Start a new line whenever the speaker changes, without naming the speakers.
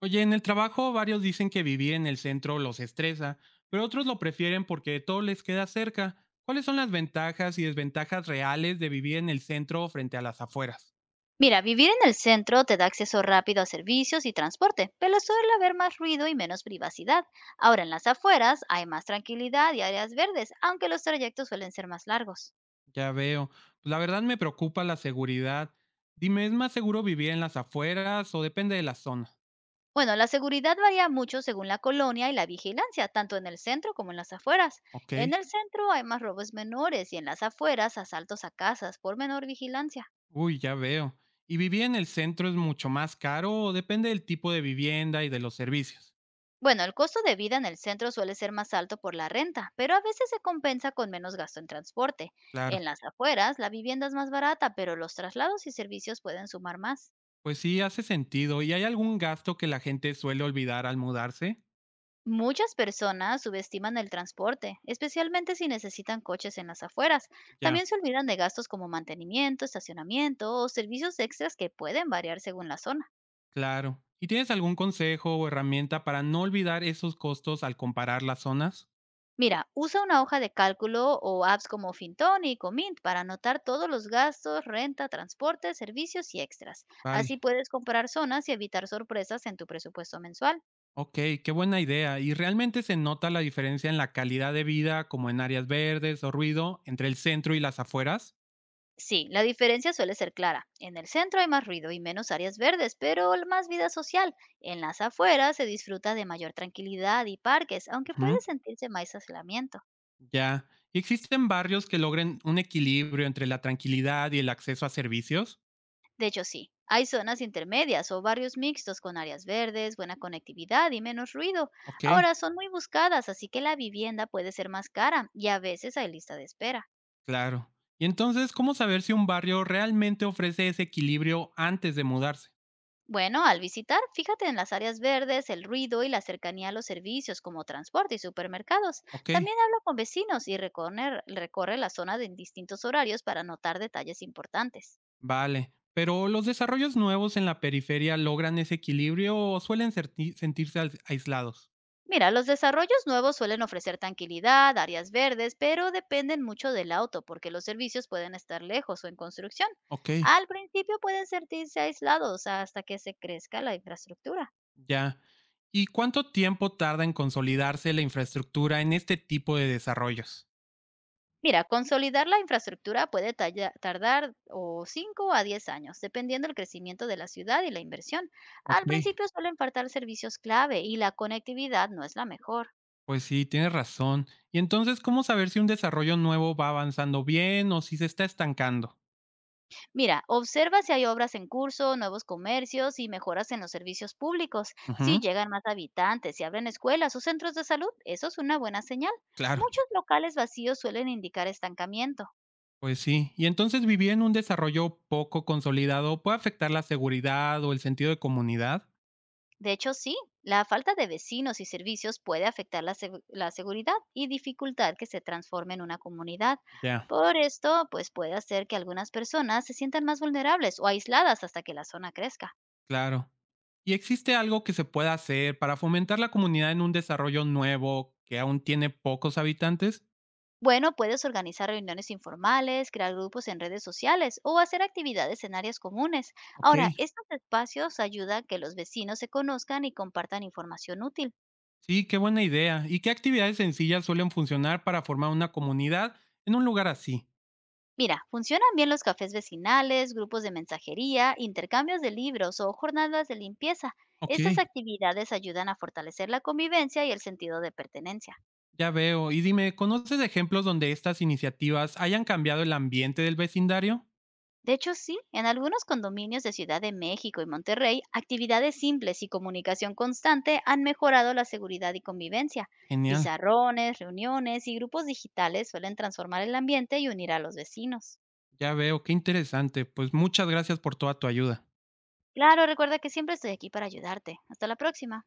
Oye, en el trabajo varios dicen que vivir en el centro los estresa, pero otros lo prefieren porque todo les queda cerca. ¿Cuáles son las ventajas y desventajas reales de vivir en el centro frente a las afueras?
Mira, vivir en el centro te da acceso rápido a servicios y transporte, pero suele haber más ruido y menos privacidad. Ahora en las afueras hay más tranquilidad y áreas verdes, aunque los trayectos suelen ser más largos.
Ya veo. Pues la verdad me preocupa la seguridad. Dime, ¿es más seguro vivir en las afueras o depende de la zona?
Bueno, la seguridad varía mucho según la colonia y la vigilancia, tanto en el centro como en las afueras.
Ok.
En el centro hay más robos menores y en las afueras asaltos a casas por menor vigilancia.
Uy, ya veo. ¿Y vivir en el centro es mucho más caro o depende del tipo de vivienda y de los servicios?
Bueno, el costo de vida en el centro suele ser más alto por la renta, pero a veces se compensa con menos gasto en transporte.
Claro.
En las afueras, la vivienda es más barata, pero los traslados y servicios pueden sumar más.
Pues sí, hace sentido. ¿Y hay algún gasto que la gente suele olvidar al mudarse?
Muchas personas subestiman el transporte, especialmente si necesitan coches en las afueras.
Ya.
También se olvidan de gastos como mantenimiento, estacionamiento o servicios extras que pueden variar según la zona.
Claro. ¿Y tienes algún consejo o herramienta para no olvidar esos costos al comparar las zonas?
Mira, usa una hoja de cálculo o apps como Fintonic o Mint para anotar todos los gastos, renta, transporte, servicios y extras. Así
Vale.
puedes comparar zonas y evitar sorpresas en tu presupuesto mensual.
Ok, qué buena idea. ¿Y realmente se nota la diferencia en la calidad de vida, como en áreas verdes o ruido, entre el centro y las afueras?
Sí, la diferencia suele ser clara. En el centro hay más ruido y menos áreas verdes, pero más vida social. En las afueras se disfruta de mayor tranquilidad y parques, aunque
Ujú,
puede sentirse más aislamiento.
ya. ¿Y existen barrios que logren un equilibrio entre la tranquilidad y el acceso a servicios?
De hecho, sí. Hay zonas intermedias o barrios mixtos con áreas verdes, buena conectividad y menos ruido.
Ok,
Ahora son muy buscadas, así que la vivienda puede ser más cara y a veces hay lista de espera.
claro. ¿Y entonces cómo saber si un barrio realmente ofrece ese equilibrio antes de mudarse?
Bueno, al visitar, fíjate en las áreas verdes, el ruido y la cercanía a los servicios como transporte y supermercados.
Ok.
También habla con vecinos y recorre la zona en distintos horarios para notar detalles importantes.
Vale, pero ¿los desarrollos nuevos en la periferia logran ese equilibrio o suelen sentirse aislados?
Mira, los desarrollos nuevos suelen ofrecer tranquilidad, áreas verdes, pero dependen mucho del auto porque los servicios pueden estar lejos o en construcción.
Ok,
Al principio pueden sentirse aislados hasta que se crezca la infraestructura.
ya. ¿Y cuánto tiempo tarda en consolidarse la infraestructura en este tipo de desarrollos?
Mira, consolidar la infraestructura puede tardar o 5 a 10 años, dependiendo del crecimiento de la ciudad y la inversión. Al
Ok,
principio suelen faltar servicios clave y la conectividad no es la mejor.
pues sí, tienes razón. ¿Y entonces cómo saber si un desarrollo nuevo va avanzando bien o si se está estancando?
Mira, observa si hay obras en curso, nuevos comercios y mejoras en los servicios públicos. Si
Ujú,
llegan más habitantes, si abren escuelas o centros de salud, eso es una buena señal.
claro,
Muchos locales vacíos suelen indicar estancamiento.
pues sí. ¿Y entonces vivir en un desarrollo poco consolidado puede afectar la seguridad o el sentido de comunidad?
De hecho, sí, la falta de vecinos y servicios puede afectar la seguridad y dificultar que se transforme en una comunidad.
Ya,
Por esto, pues puede hacer que algunas personas se sientan más vulnerables o aisladas hasta que la zona crezca.
claro. ¿Y existe algo que se pueda hacer para fomentar la comunidad en un desarrollo nuevo que aún tiene pocos habitantes?
Bueno, puedes organizar reuniones informales, crear grupos en redes sociales o hacer actividades en áreas comunes.
Ok,
Ahora, estos espacios ayudan a que los vecinos se conozcan y compartan información útil.
sí, qué buena idea. ¿Y qué actividades sencillas suelen funcionar para formar una comunidad en un lugar así?
Mira, funcionan bien los cafés vecinales, grupos de mensajería, intercambios de libros o jornadas de limpieza.
Ok,
Estas actividades ayudan a fortalecer la convivencia y el sentido de pertenencia.
ya veo. Y dime, ¿conoces ejemplos donde estas iniciativas hayan cambiado el ambiente del vecindario?
De hecho, sí, en algunos condominios de Ciudad de México y Monterrey, actividades simples y comunicación constante han mejorado la seguridad y convivencia.
Genial,
Pizarrones, reuniones y grupos digitales suelen transformar el ambiente y unir a los vecinos.
ya veo, qué interesante. Pues muchas gracias por toda tu ayuda.
Claro, recuerda que siempre estoy aquí para ayudarte. Hasta la próxima.